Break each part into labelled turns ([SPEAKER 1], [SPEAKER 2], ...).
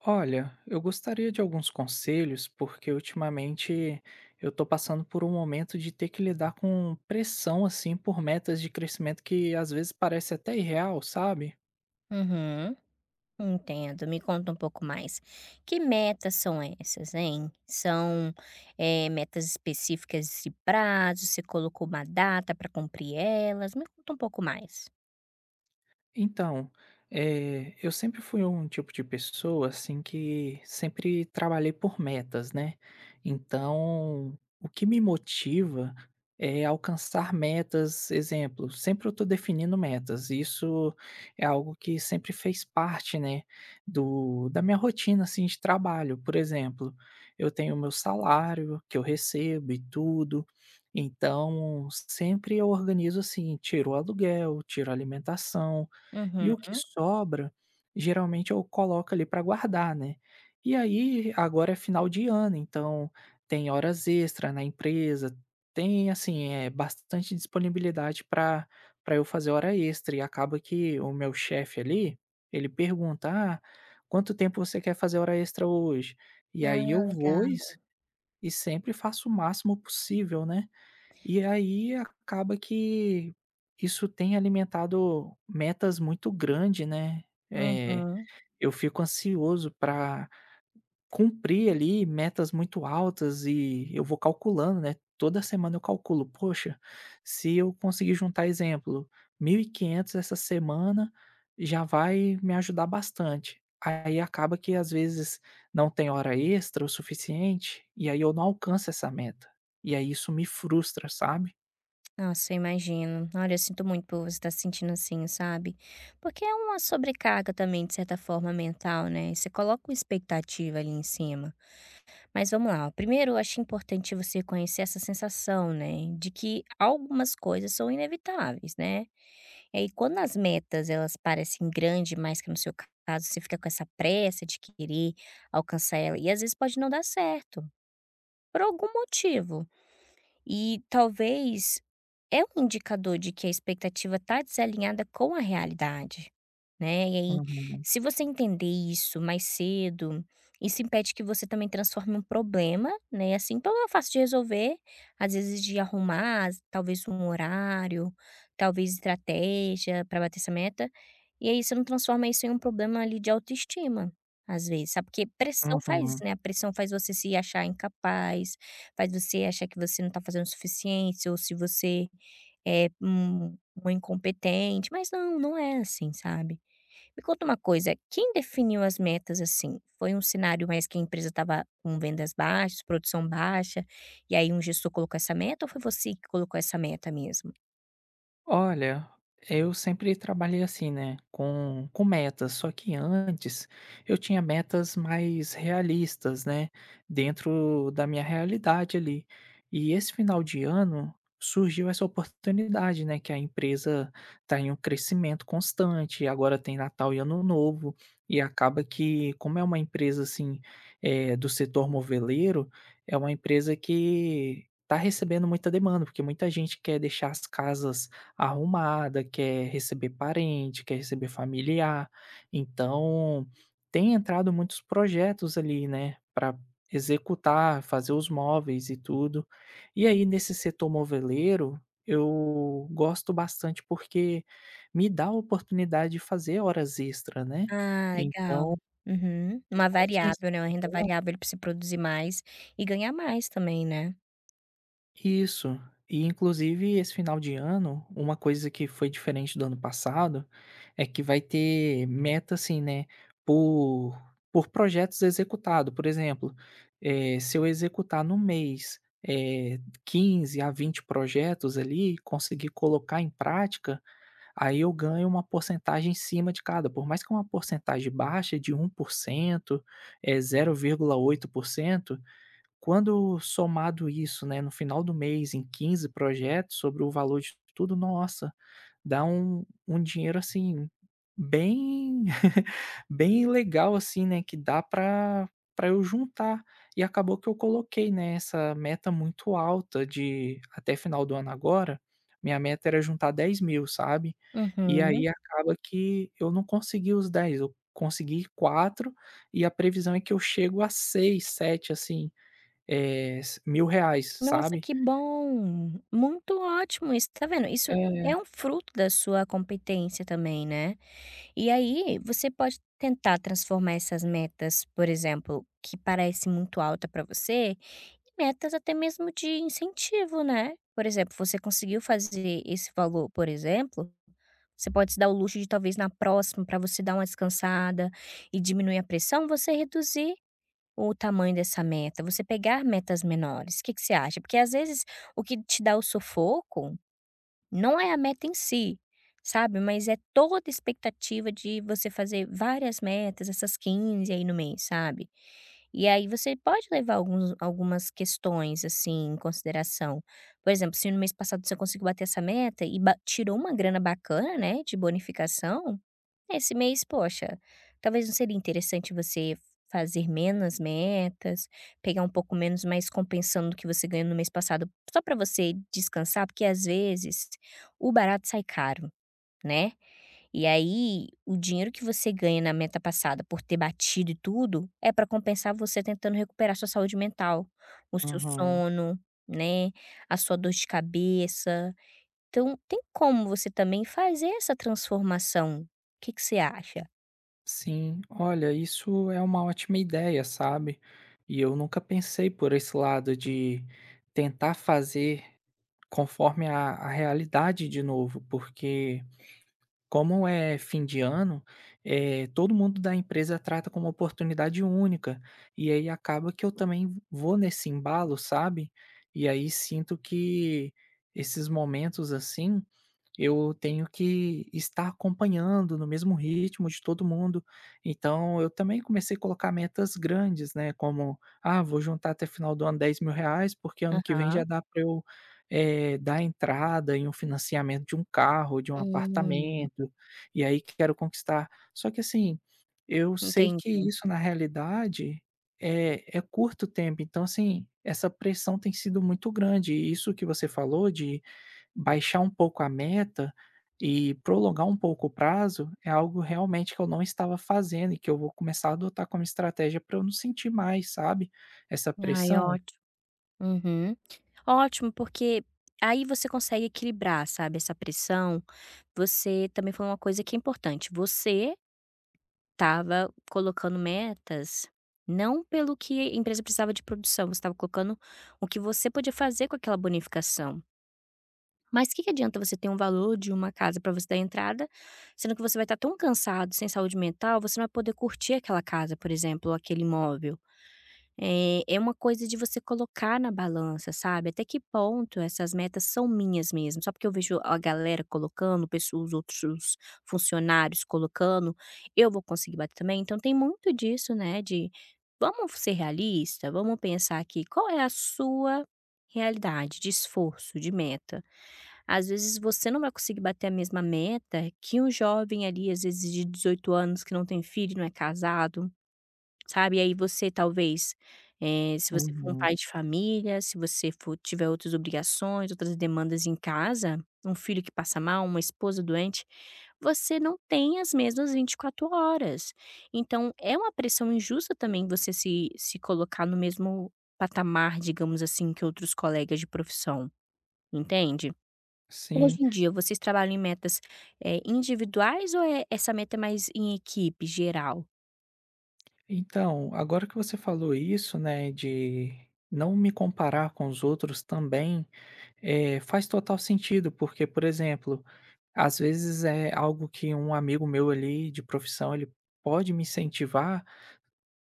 [SPEAKER 1] Olha, eu gostaria de alguns conselhos, porque ultimamente eu tô passando por um momento de ter que lidar com pressão assim por metas de crescimento que às vezes parece até irreal, sabe?
[SPEAKER 2] Uhum, entendo. Me conta um pouco mais. Que metas são essas, hein? São, metas específicas de prazo? Você colocou uma data para cumprir elas? Me conta um pouco mais.
[SPEAKER 1] Então, eu sempre fui um tipo de pessoa, assim, que sempre trabalhei por metas, né. Então, o que me motiva é alcançar metas, exemplo, sempre eu estou definindo metas, isso é algo que sempre fez parte, né, do da minha rotina, assim, de trabalho. Por exemplo, eu tenho meu salário que eu recebo e tudo, então sempre eu organizo assim, tiro o aluguel, tiro a alimentação, e
[SPEAKER 2] Uhum.
[SPEAKER 1] o que sobra, geralmente eu coloco ali para guardar, né. E aí, agora é final de ano, então tem horas extra na empresa, tem assim, é bastante disponibilidade para eu fazer hora extra e acaba que o meu chefe ali, ele pergunta: "Ah, quanto tempo você quer fazer hora extra hoje?" E
[SPEAKER 2] Ah,
[SPEAKER 1] aí eu vou
[SPEAKER 2] legal.
[SPEAKER 1] e sempre faço o máximo possível, né. E aí acaba que isso tem alimentado metas muito grandes, né. Eh,
[SPEAKER 2] Uhum.
[SPEAKER 1] eu fico ansioso para cumprir ali metas muito altas e eu vou calculando, né. Toda semana eu calculo: "Poxa, se eu conseguir juntar, exemplo, 1.500 essa semana, já vai me ajudar bastante". Aí acaba que às vezes não tem hora extra o suficiente, e aí eu não alcanço essa meta. E aí isso me frustra, sabe?
[SPEAKER 2] Nossa, eu imagino. Olha, eu sinto muito por você estar se sentindo assim, sabe? Porque é uma sobrecarga também, de certa forma, mental, né? Você coloca uma expectativa ali em cima. Mas vamos lá, ó, primeiro eu acho importante você conhecer essa sensação, né, de que algumas coisas são inevitáveis, né. E aí quando as metas elas parecem grandes, demais, que no seu caso você fica com essa pressa de querer alcançar ela, e às vezes pode não dar certo, por algum motivo. E talvez é um indicador de que a expectativa está desalinhada com a realidade, né. E aí,
[SPEAKER 1] Uhum,
[SPEAKER 2] se você entender isso mais cedo, isso impede que você também transforme um problema, né, assim, um problema fácil de resolver, às vezes de arrumar, talvez um horário, talvez estratégia para bater essa meta, e aí você não transforma isso em um problema ali de autoestima, às vezes, sabe, porque pressão faz isso,
[SPEAKER 1] uhum.
[SPEAKER 2] né, a pressão faz você se achar incapaz, faz você achar que você não está fazendo o suficiente ou se você é um incompetente, mas não, não é assim, sabe. Me conta uma coisa, quem definiu as metas, assim? Foi um cenário mais que a empresa estava com vendas baixas, produção baixa, e aí um gestor colocou essa meta ou foi você que colocou essa meta mesmo?
[SPEAKER 1] Olha, eu sempre trabalhei assim, né, com metas, só que antes eu tinha metas mais realistas, né, dentro da minha realidade ali. E esse final de ano surgiu essa oportunidade, né, que a empresa está em um crescimento constante, agora tem Natal e Ano Novo, e acaba que, como é uma empresa assim, do setor moveleiro, é uma empresa que está recebendo muita demanda, porque muita gente quer deixar as casas arrumada, quer receber parente, quer receber familiar. Então, tem entrado muitos projetos ali, né, para executar, fazer os móveis e tudo. E aí nesse setor moveleiro, eu gosto bastante porque me dá a oportunidade de fazer horas extra, né.
[SPEAKER 2] Ah, legal.
[SPEAKER 1] Então,
[SPEAKER 2] Uhum. Uma
[SPEAKER 1] principalmente nesse.
[SPEAKER 2] variável, né, uma renda variável pra você produzir mais e ganhar mais também, né.
[SPEAKER 1] Isso. E inclusive esse final de ano, uma coisa que foi diferente do ano passado, é que vai ter meta assim, né, por por projetos executados. Por exemplo, se eu executar no mês, eh, 15 a 20 projetos ali, conseguir colocar em prática, aí eu ganho uma porcentagem em cima de cada. Por mais que é uma porcentagem baixa de 1%, é 0,8%. Quando somado isso, né, no final do mês em 15 projetos, sobre o valor de tudo, nossa, dá um dinheiro, assim, bem bem legal, assim, né, que dá para eu juntar. E acabou que eu coloquei, né, essa meta muito alta de até final do ano agora, minha meta era juntar 10.000, sabe. E
[SPEAKER 2] Uhum.
[SPEAKER 1] aí acaba que eu não consegui os 10, eu consegui 4 e a previsão é que eu chego a 6, 7, assim. Eh, s Mil reais,
[SPEAKER 2] Nossa,
[SPEAKER 1] sabe.
[SPEAKER 2] que bom! Muito ótimo isso, tá vendo? Isso
[SPEAKER 1] É.
[SPEAKER 2] é um fruto da sua competência também, né. E aí, você pode tentar transformar essas metas, por exemplo, que parece muito alta pra você, em metas até mesmo de incentivo, né. Por exemplo, você conseguiu fazer esse valor, por exemplo, você pode se dar o luxo de talvez na próxima, pra você dar uma descansada e diminuir a pressão, você reduzir o tamanho dessa meta, você pegar metas menores, o que que você acha? Porque às vezes o que te dá o sufoco, não é a meta em si, sabe, mas é toda a expectativa de você fazer várias metas, essas 15 aí no mês, sabe. E aí você pode levar alguns algumas questões, assim, em consideração. Por exemplo, se no mês passado você conseguiu bater essa meta e ba tirou uma grana bacana, né, de bonificação, é, esse mês, poxa, talvez não seria interessante você fazer menos metas, pegar um pouco menos, mas compensando o que você ganhou no mês passado, só para você descansar, porque às vezes o barato sai caro, né? E aí o dinheiro que você ganha na meta passada por ter batido e tudo é para compensar você tentando recuperar sua saúde mental, o seu
[SPEAKER 1] Uhum.
[SPEAKER 2] sono, né? A sua dor de cabeça. Então, tem como você também fazer essa transformação. O que que você acha?
[SPEAKER 1] Sim. Olha, isso é uma ótima ideia, sabe. E eu nunca pensei por esse lado de tentar fazer conforme a realidade de novo, porque como é fim de ano, todo mundo da empresa trata como oportunidade única, e aí acaba que eu também vou nesse embalo, sabe? E aí sinto que esses momentos assim, eu tenho que estar acompanhando no mesmo ritmo de todo mundo. Então eu também comecei a colocar metas grandes, né? Como, ah, vou juntar até final do ano R$ 10.000, porque ano que vem
[SPEAKER 2] Aham.
[SPEAKER 1] já dá para eu dar entrada em um financiamento de um carro, de um
[SPEAKER 2] Hum,
[SPEAKER 1] apartamento, e aí quero conquistar. Só que assim, eu sei que
[SPEAKER 2] entendi.
[SPEAKER 1] isso na realidade é curto tempo, então assim, essa pressão tem sido muito grande e isso que você falou de baixar um pouco a meta e prolongar um pouco o prazo, é algo realmente que eu não estava fazendo e que eu vou começar a adotar como estratégia para eu não sentir mais, sabe, essa
[SPEAKER 2] Ai,
[SPEAKER 1] pressão.
[SPEAKER 2] ótimo. Uhum. Ótimo, porque aí você consegue equilibrar, sabe, essa pressão. Você também falou uma coisa que é importante. Você estava colocando metas não pelo que a empresa precisava de produção, você estava colocando o que você podia fazer com aquela bonificação. Mas o que que adianta você ter um valor de uma casa para você dar entrada, sendo que você vai estar tão cansado, sem saúde mental, você não vai poder curtir aquela casa, por exemplo, ou aquele imóvel. É uma coisa de você colocar na balança, sabe, até que ponto essas metas são minhas mesmo, só porque eu vejo a galera colocando, pessoas, os outros funcionários colocando, eu vou conseguir bater também? Então tem muito disso, né, de vamos ser realista, vamos pensar aqui, qual é a sua realidade de esforço, de meta? Às vezes você não vai conseguir bater a mesma meta que um jovem ali, às vezes de 18 anos que não tem filho, não é casado. Sabe, e aí você talvez, se você for um
[SPEAKER 1] Uhum.
[SPEAKER 2] pai de família, se você for tiver outras obrigações, outras demandas em casa, um filho que passa mal, uma esposa doente, você não tem as mesmas 24 horas. Então é uma pressão injusta também você se colocar no mesmo patamar, digamos assim, que outros colegas de profissão, entende?
[SPEAKER 1] Sim.
[SPEAKER 2] Hoje em dia vocês trabalham em metas, individuais ou é essa meta é mais em equipe geral?
[SPEAKER 1] Então, agora que você falou isso, né, de não me comparar com os outros também, faz total sentido, porque, por exemplo, às vezes é algo que um amigo meu ali de profissão, ele pode me incentivar,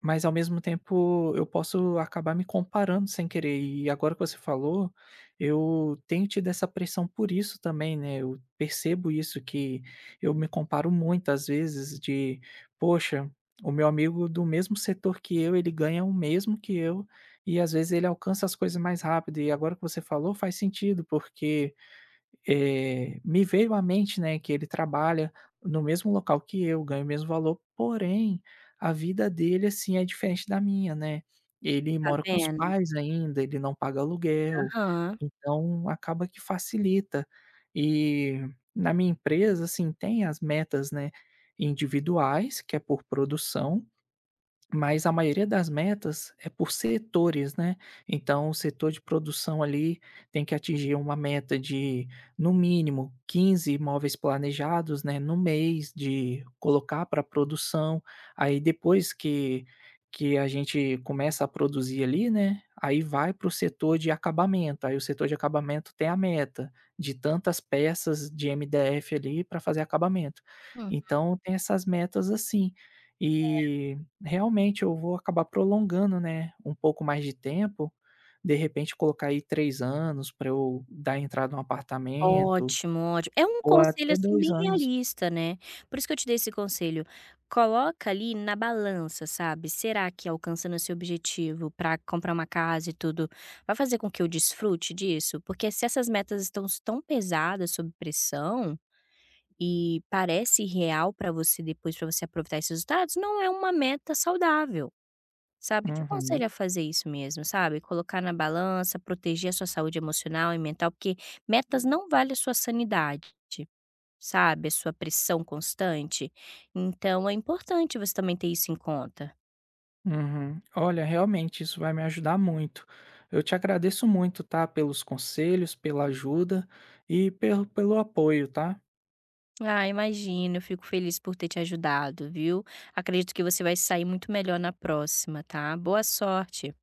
[SPEAKER 1] mas ao mesmo tempo eu posso acabar me comparando sem querer. E agora que você falou, eu tenho tido essa pressão por isso também, né, eu percebo isso que eu me comparo muito às vezes de: "Poxa, o meu amigo do mesmo setor que eu, ele ganha o mesmo que eu, e às vezes ele alcança as coisas mais rápido". E agora que você falou faz sentido, porque me veio à mente, né, que ele trabalha no mesmo local que eu, ganha o mesmo valor, porém a vida dele, assim, é diferente da minha, né. Ele
[SPEAKER 2] Tá
[SPEAKER 1] mora com os
[SPEAKER 2] vendo?
[SPEAKER 1] pais ainda, ele não paga aluguel,
[SPEAKER 2] Aham.
[SPEAKER 1] então acaba que facilita. E na minha empresa, assim, tem as metas, né, individuais, que é por produção, mas a maioria das metas é por setores, né. Então o setor de produção ali tem que atingir uma meta de, no mínimo, 15 imóveis planejados, né, no mês de colocar para produção. Aí depois que a gente começa a produzir ali, né, aí vai para o setor de acabamento. Aí o setor de acabamento tem a meta de tantas peças de MDF ali para fazer acabamento. Então tem essas metas assim. E realmente eu vou acabar prolongando, né, um pouco mais de tempo, de repente colocar aí 3 anos para eu dar entrada num apartamento,
[SPEAKER 2] Ótimo, ótimo. É um
[SPEAKER 1] ou
[SPEAKER 2] conselho,
[SPEAKER 1] até
[SPEAKER 2] assim,
[SPEAKER 1] 2
[SPEAKER 2] bem
[SPEAKER 1] anos.
[SPEAKER 2] realista, né. Por isso que eu te dei esse conselho. Coloca ali na balança, sabe. Será que alcançando esse objetivo para comprar uma casa e tudo, vai fazer com que eu desfrute disso? Porque se essas metas estão s tão pesadas, sob pressão, e parece irreal para você depois para você aproveitar esses resultados, não é uma meta saudável. Sabe, eu te
[SPEAKER 1] Uhum,
[SPEAKER 2] aconselho a fazer isso mesmo, sabe, colocar na balança, proteger a sua saúde emocional e mental, porque metas não vale a sua sanidade, sabe, a sua pressão constante, então é importante você também ter isso em conta.
[SPEAKER 1] uhum. Olha, realmente isso vai me ajudar muito. Eu te agradeço muito, tá, pelos conselhos, pela ajuda e pelo apoio, tá?
[SPEAKER 2] Ah, imagino, eu fico feliz por ter te ajudado, viu. Acredito que você vai sair muito melhor na próxima, tá. Boa sorte.